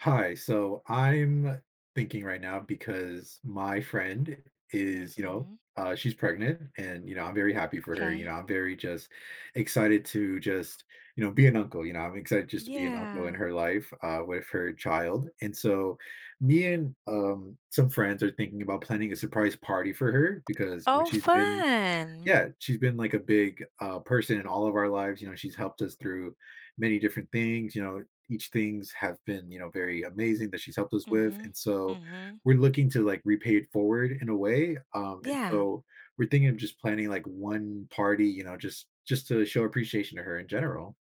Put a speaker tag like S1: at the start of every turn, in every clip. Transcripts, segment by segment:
S1: Hi. So I'm thinking right now because my friend is,
S2: Mhm.
S1: she's pregnant and, I'm very happy for her.
S2: Okay.
S1: I'm very just excited to just, be an uncle. I'm excited just to be an uncle in
S2: Yeah.
S1: her life with her child. And so me and some friends are thinking about planning a surprise party for her because
S2: Oh, fun.
S1: she's been like a big person in all of our lives. She's helped us through many different things. Each things have been very amazing that she's helped us with, and
S2: Mhm.
S1: so
S2: Mhm.
S1: we're looking to like repay it forward in a way. And
S2: Yeah.
S1: so we're thinking of just planning like one party. Just to show appreciation to her in general.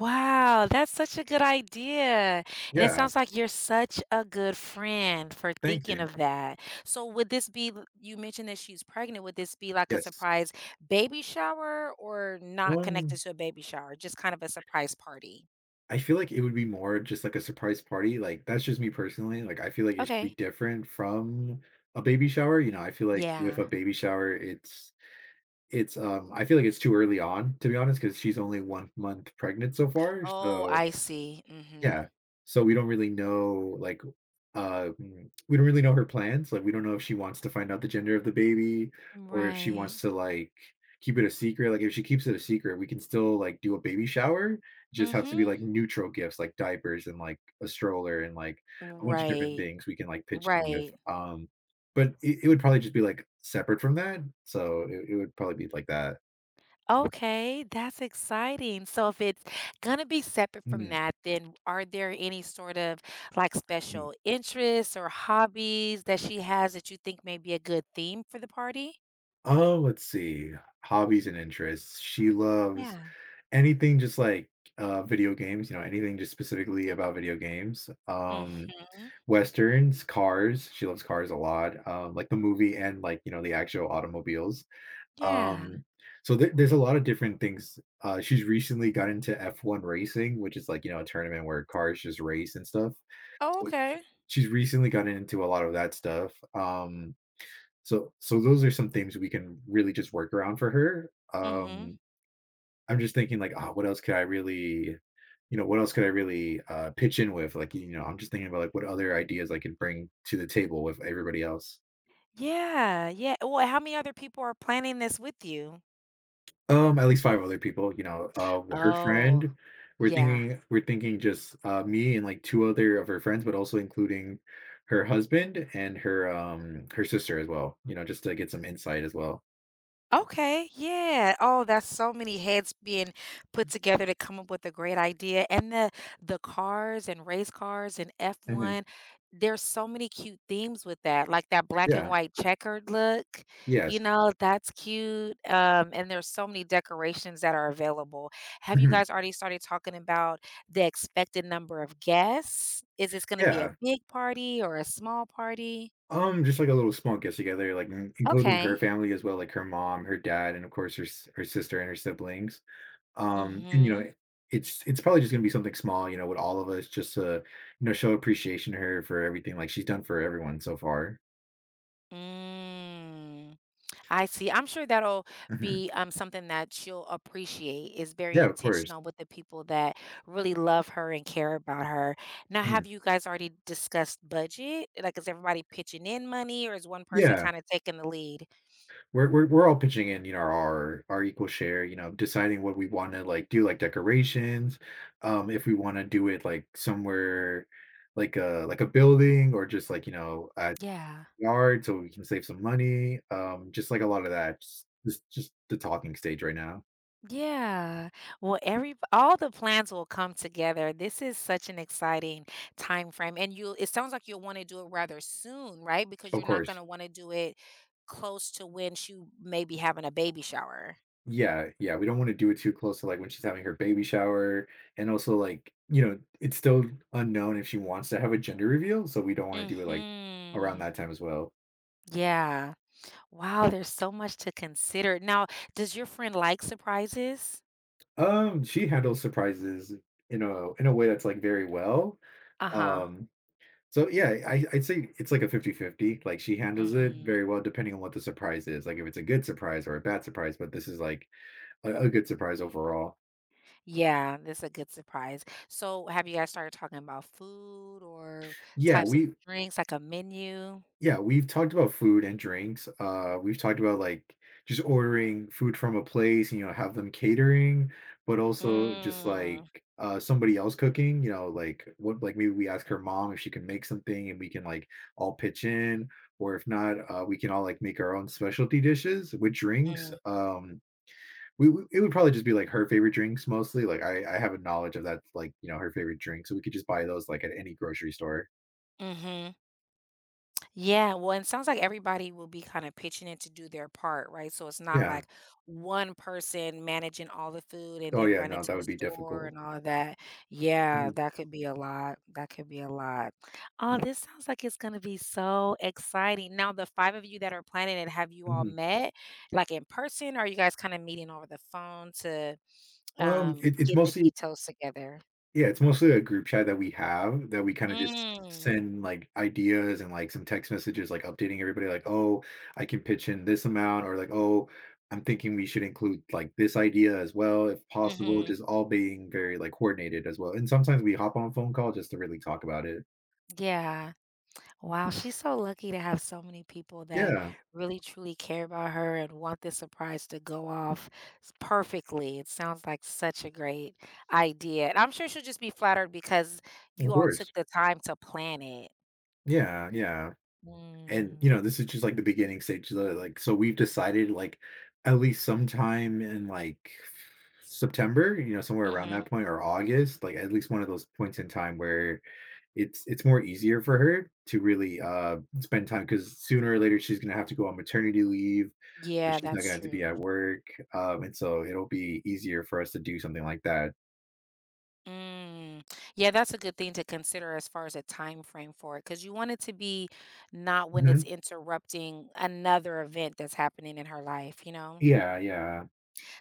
S2: Wow, that's such a good idea. And it
S1: Yeah,
S2: sounds like you're such a good friend for
S1: thank
S2: thinking
S1: you.
S2: of that. So would this be you mentioned that she's pregnant, would this be like a
S1: Yes.
S2: surprise baby shower or not connected
S1: One
S2: to a baby shower, just kind of a surprise party?
S1: I feel like it would be more just like a surprise party, like, that's just me personally, like, I feel like it should be
S2: Okay.
S1: different from a baby shower, I feel like with
S2: Yeah.
S1: a baby shower, I feel like it's too early on, to be honest, because she's only 1 month pregnant so far,
S2: Oh,
S1: so.
S2: I see.
S1: Yeah.
S2: Mhm.
S1: So, we don't really know, like, we don't really know her plans, like, we don't know if she wants to find out the gender of the baby or if she
S2: Right.
S1: wants to, like, keep it a secret, like, if she keeps it a secret, we can still, like, do a baby shower, just have to be,
S2: Mhm.
S1: like, neutral gifts, like diapers and, like, a stroller and, like, a bunch of different
S2: Right.
S1: things we can, like, pitch in with,
S2: Right.
S1: but it would probably just be, like, separate from that, so it would probably be like that.
S2: Okay, that's exciting. So if it's gonna be separate from
S1: Mhm,
S2: that, then are there any sort of like
S1: mhm.
S2: special interests or hobbies that she has that you think may be a good theme for the party?
S1: Oh, let's see, hobbies and interests. She loves
S2: Yeah.
S1: anything just like video games. You know, anything just specifically about video games,
S2: Mm-hmm.
S1: westerns, cars. She loves cars a lot, like the movie and, like, the actual automobiles.
S2: Yeah.
S1: um so there's a lot of different things. She's recently got into F1 racing, which is like, a tournament where cars just race and stuff.
S2: Oh,
S1: So she,
S2: okay.
S1: she's recently gotten into a lot of that stuff. So those are some things we can really just work around for her.
S2: Mm-hmm.
S1: I'm just thinking like, oh, what else could I really, what else could I really, pitch in with? Like, I'm just thinking about like what other ideas I could bring to the table with everybody else.
S2: Yeah. Yeah. Well, how many other people are planning this with you?
S1: At least five other people. You know, her
S2: Oh,
S1: friend. We're
S2: yeah.
S1: thinking, we're thinking just, me and like two other of her friends, but also including her husband and her sister as well. You know, just to get some insight as well.
S2: Okay, yeah. Oh, that's so many heads being put together to come up with a great idea. And the cars and race cars and
S1: Mhm.
S2: F1, there's so many cute themes with that. Like that black and
S1: Yeah.
S2: white checkered look, you
S1: Yes.
S2: know, that's cute. And there's so many decorations that are available. Have you
S1: Mhm.
S2: guys already started talking about the expected number of guests? Is this going to be a
S1: Yeah.
S2: big party or a small party?
S1: Just like a little small get together, like including her
S2: Okay.
S1: family as well, like her mom, her dad, and of course her her sister and her siblings. And
S2: Mm-hmm.
S1: it's probably just gonna be something small, you know, with all of us, just to show appreciation to her for everything like she's done for everyone so far.
S2: Mm. I see. I'm sure that'll
S1: Mhm.
S2: be something that she'll appreciate. Is very
S1: Yeah, of course.
S2: intentional with the people that really love her and care about her. Now,
S1: Mhm.
S2: have you guys already discussed budget? Like, is everybody pitching in money, or is one person
S1: Yeah,
S2: kind of taking the lead?
S1: we're all pitching in, you know, our equal share, you know, deciding what we want to like do, like decorations, if we want to do it like somewhere, like a building or just like,
S2: Yeah.
S1: yard so we can save some money. Just like a lot of that. Just the talking stage right now.
S2: Yeah. Well, every all the plans will come together. This is such an exciting time frame and you it sounds like you'll want to do it rather soon, right? Because
S1: Of
S2: you're not going
S1: course.
S2: to want to do it close to when she may be having a baby shower.
S1: Yeah, yeah. We don't want to do it too close to like when she's having her baby shower. And also like, you know, it's still unknown if she wants to have a gender reveal. So we don't want to do it like around
S2: Mm-hmm.
S1: that time as well.
S2: Yeah. Wow, there's so much to consider. Now, does your friend like surprises?
S1: She handles surprises in a way that's like very well.
S2: Uh-huh.
S1: Um so yeah, I'd say it's like a fifty fifty. Like she handles it
S2: Mm-hmm.
S1: very well depending on what the surprise is. Like if it's a good surprise or a bad surprise, but this is like a good surprise overall.
S2: Yeah, this is a good surprise. So, have you guys started talking about food or
S1: Yeah,
S2: types of
S1: we
S2: drinks, like a menu?
S1: yeah, we've talked about food and drinks. We've talked about, like, just ordering food from a place, you know, have them catering, but also just, like,
S2: Mm-hmm.
S1: somebody else cooking, you know, like, what like, maybe we ask her mom if she can make something and we can, like, all pitch in, or if not, we can all, like, make our own specialty dishes with drinks. We w it would probably just be, like, her favorite drinks mostly, like, I have a knowledge of that. Like, you know, her favorite drink, so we could just buy those, like, at any grocery store.
S2: Mm-hmm. Yeah, well, and it sounds like everybody will be kind of pitching in to do their part, right? So it's not
S1: Yeah.
S2: like one person managing all the food and
S1: Oh,
S2: then
S1: yeah,
S2: running
S1: no,
S2: to
S1: that
S2: the
S1: would be
S2: store
S1: difficult.
S2: and all of that. Yeah,
S1: Mhm,
S2: that could be a lot. That could be a lot. Oh, this sounds like it's going to be so exciting. Now, the five of you that are planning it, have you all
S1: mhm.
S2: met like in person, or are you guys kind of meeting over the phone to
S1: It it's
S2: get the
S1: mostly
S2: details together?
S1: yeah, it's mostly a group chat that we have that we kinda just
S2: Mm,
S1: send, like, ideas and, like, some text messages, like, updating everybody, like, "Oh, I can pitch in this amount," or like, "Oh, I'm thinking we should include, like, this idea as well if possible,"
S2: mm-hmm.
S1: just all being very, like, coordinated as well, and sometimes we hop on a phone call just to really talk about it.
S2: Yeah. Wow, she's so lucky to have so many people that
S1: Yeah,
S2: really truly care about her and want this surprise to go off perfectly. It sounds like such a great idea. And I'm sure she'll just be flattered because
S1: of
S2: you all took
S1: course.
S2: the time to plan it.
S1: Yeah, yeah. And
S2: Mm.
S1: this is just like the beginning stage. Like, so we've decided like at least sometime in like September, somewhere around
S2: Hmm.
S1: that point, or August, like at least one of those points in time where it's more easier for her to really, spend time, because sooner or later she's going to have to go on maternity leave, so
S2: Yeah,
S1: she's not going
S2: that's
S1: to have to be
S2: true.
S1: at work. And so it'll be easier for us to do something like that.
S2: Mm. Yeah, that's a good thing to consider as far as a time frame for it, because you want it to be not when it's
S1: Mhm.
S2: interrupting another event that's happening in her life, you know?
S1: Yeah, yeah.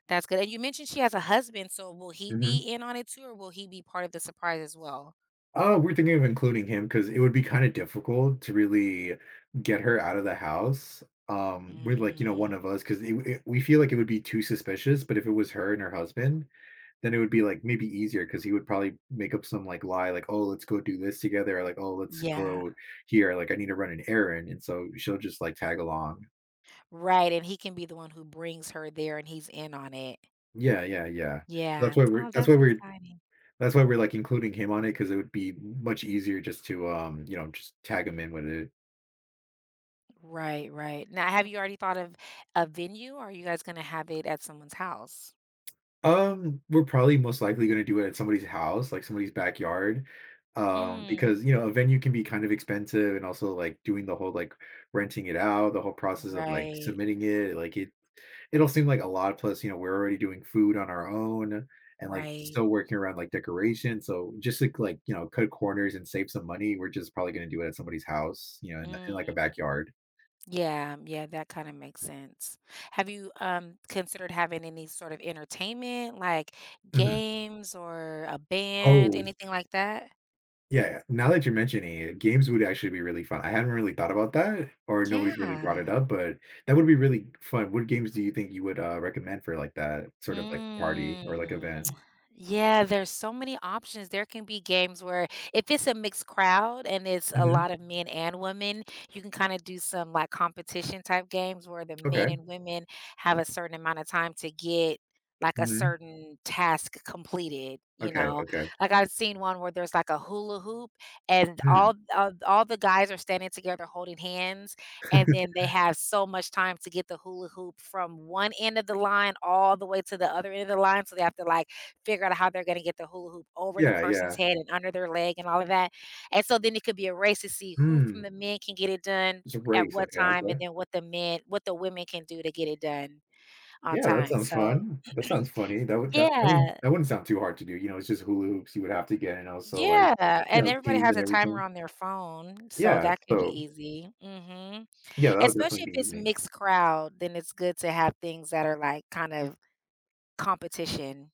S2: That's good, and you mentioned she has a husband, so will he be
S1: Mhm.
S2: in on it too, or will he be part of the surprise as well?
S1: Oh, we're thinking of including him because it would be kind of difficult to really get her out of the house, with like, one
S2: Mm,
S1: of us, because we feel like it would be too suspicious. But if it was her and her husband, then it would be like maybe easier because he would probably make up some like lie like, oh, let's go do this together, or like, oh, let's
S2: yeah.
S1: go here, like I need to run an errand, and so she'll just like tag along.
S2: Right, and he can be the one who brings her there, and he's in on it.
S1: Yeah, yeah, yeah. That's
S2: Yeah.
S1: why we're
S2: Oh,
S1: that's why
S2: that's
S1: we're
S2: exciting.
S1: that's why we're like including him on it because it would be much easier just to, just tag him in with it.
S2: Right, right. Now, have you already thought of a venue, or are you guys gonna have it at someone's house?
S1: We're probably most likely gonna do it at somebody's house, like somebody's backyard,
S2: Mm.
S1: because, you know, a venue can be kind of expensive, and also, like, doing the whole, like, renting it out, the whole process of, like,
S2: Right,
S1: submitting it, like, it'll seem like a lot, plus, we're already doing food on our own and, like,
S2: right.
S1: still working around, like, decoration, so just to, like, cut corners and save some money, we're just probably gonna do it at somebody's house, you know, in, like, a
S2: Mm.
S1: backyard.
S2: Yeah, yeah, that kinda makes sense. Have you considered having any sort of entertainment, like
S1: Mhm.
S2: games or a band,
S1: Oh.
S2: anything like that?
S1: Yeah, yeah. Now that you're mentioning it, games would actually be really fun. I have not really thought about that, or nobody's really brought it
S2: Yeah.
S1: up, but that would be really fun. What games do you think you would, recommend for, like, that sort of, like, party or, like,
S2: Mm.
S1: event?
S2: Yeah, there's so many options. There can be games where if it's a mixed crowd and it's a
S1: Mhm.
S2: lot of men and women, you can kind of do some like competition type games where the
S1: Okay.
S2: men and women have a certain amount of time to get like a
S1: Mhm.
S2: certain task completed, you
S1: Okay,
S2: know.
S1: okay.
S2: Like I've seen one where there's like a hula hoop and
S1: Mm.
S2: all the guys are standing together holding hands and then they have so much time to get the hula hoop from one end of the line all the way to the other end of the line, so they have to, like, figure out how they're gonna get the hula hoop over the
S1: Yeah,
S2: person's
S1: yeah.
S2: head and under their leg and all of that, and so then it could be a race to see who from
S1: Mm.
S2: the men can get it done
S1: It's a
S2: at
S1: race.
S2: what
S1: Okay,
S2: time and
S1: okay.
S2: then what the women can do to get it done on
S1: Yeah, that
S2: time,
S1: sounds
S2: so
S1: fun. That sounds funny. That would that
S2: Yeah.
S1: that wouldn't sound too hard to do, you know, it's just hula hoops you would have to get and also, like,
S2: Yeah,
S1: you
S2: and
S1: know,
S2: everybody
S1: teams
S2: has
S1: and
S2: a timer
S1: everything.
S2: on their phone, so
S1: Yeah,
S2: that could be
S1: so
S2: easy. Mhm.
S1: yeah, that would
S2: Especially if
S1: definitely be
S2: it's
S1: easy.
S2: mixed crowd, then it's good to have things that are, like, kind of competition,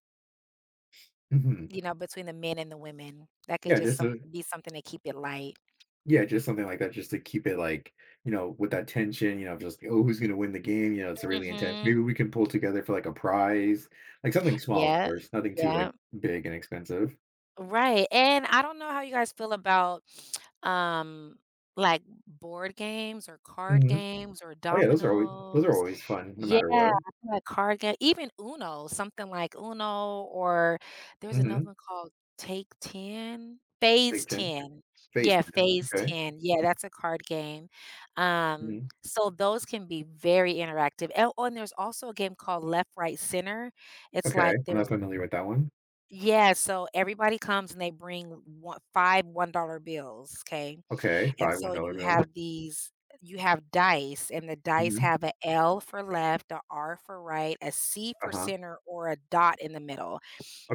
S1: Mhm.
S2: you know, between the men and the women. That could
S1: Yeah,
S2: just
S1: just
S2: some
S1: a
S2: be something to keep it light.
S1: Yeah, just something like that, just to keep it like, with that tension, you know, just, like, oh, who's gonna win the game? You know, it's really intense.
S2: Mhm.
S1: Maybe we can pull together for like a prize, like something small, of
S2: Yeah,
S1: course, nothing too like
S2: yeah,
S1: big and expensive.
S2: right, and I don't know how you guys feel about, um, like, board games or card
S1: Mhm.
S2: games or
S1: Oh yeah, those are
S2: dominoes.
S1: always fun, no
S2: Yeah,
S1: matter
S2: I
S1: what.
S2: feel like card game even Uno, something like Uno or there's another
S1: Mhm.
S2: one called Take 10? Phase
S1: Baked in,
S2: 10.
S1: face
S2: Yeah,
S1: in.
S2: Phase
S1: Okay.
S2: 10. Yeah, that's a card game. Um,
S1: Mhm.
S2: so those can be very interactive. And oh, and there's also a game called Left, Right, Center. It's
S1: Okay.
S2: like
S1: I'm not
S2: there's
S1: familiar with that one.
S2: Yeah, so everybody comes and they bring one 5 $1. Okay.
S1: Okay.
S2: And
S1: 5
S2: so
S1: $1 bills.
S2: you have dice, and the dice
S1: Mhm.
S2: have a L for left, a R for right, a C for
S1: Uh-huh.
S2: center, or a dot in the middle.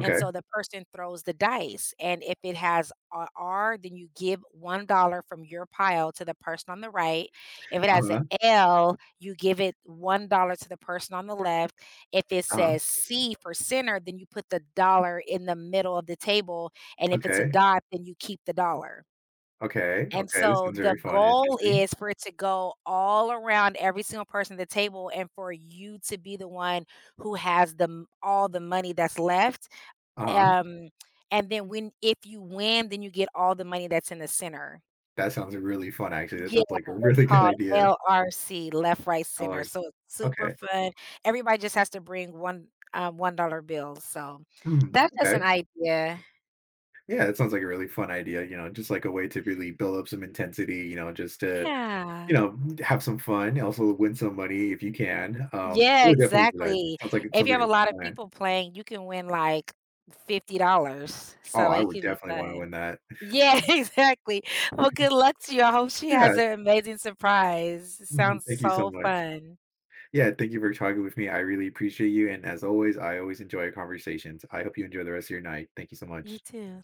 S2: And so the person throws the dice, and if it has a R, then you give $1 from your pile to the person on the right. If it has a
S1: Uh-huh.
S2: L, you give it $1 to the person on the left. If it
S1: Uh-huh.
S2: says C for center, then you put the dollar in the middle of the table, and if it's a
S1: Okay.
S2: dot, then you keep the dollar.
S1: Okay.
S2: And
S1: Okay. This
S2: so
S1: sounds
S2: the
S1: very fun and
S2: goal
S1: interesting.
S2: is for it to go all around every single person at the table and for you to be the one who has the m all the money that's left,
S1: Uh-huh.
S2: um, and then when if you win, then you get all the money that's in the center.
S1: That sounds really fun, actually. That
S2: Yeah,
S1: sounds like a
S2: it's
S1: really good
S2: called
S1: idea.
S2: LRC, left, right, center,
S1: $1.
S2: so it's super
S1: Okay.
S2: fun. Everybody just has to bring one, $1 bills, so
S1: Mm,
S2: that's just an
S1: okay.
S2: idea.
S1: Yeah, that sounds like a really fun idea, you know, just like a way to really build up some intensity, you know, just to, you
S2: Yeah.
S1: know, have some fun, also win some money if you can. I
S2: Yeah,
S1: would definitely do that.
S2: exactly.
S1: Sounds like it
S2: If
S1: sounds
S2: you
S1: like
S2: have a
S1: a
S2: lot
S1: fun
S2: of
S1: plan.
S2: people playing, you can win like $50,
S1: Oh,
S2: so
S1: I
S2: it
S1: would
S2: could be
S1: definitely wanna
S2: fun.
S1: win that.
S2: Yeah, exactly. Well, good luck to you. I hope she
S1: Yeah.
S2: has an amazing surprise. It
S1: Mhm.
S2: sounds
S1: Thank you so
S2: so
S1: much.
S2: fun.
S1: Yeah, thank you for talking with me. I really appreciate you, and as always, I always enjoy our conversations. I hope you enjoy the rest of your night. Thank you so
S2: You
S1: much.
S2: too.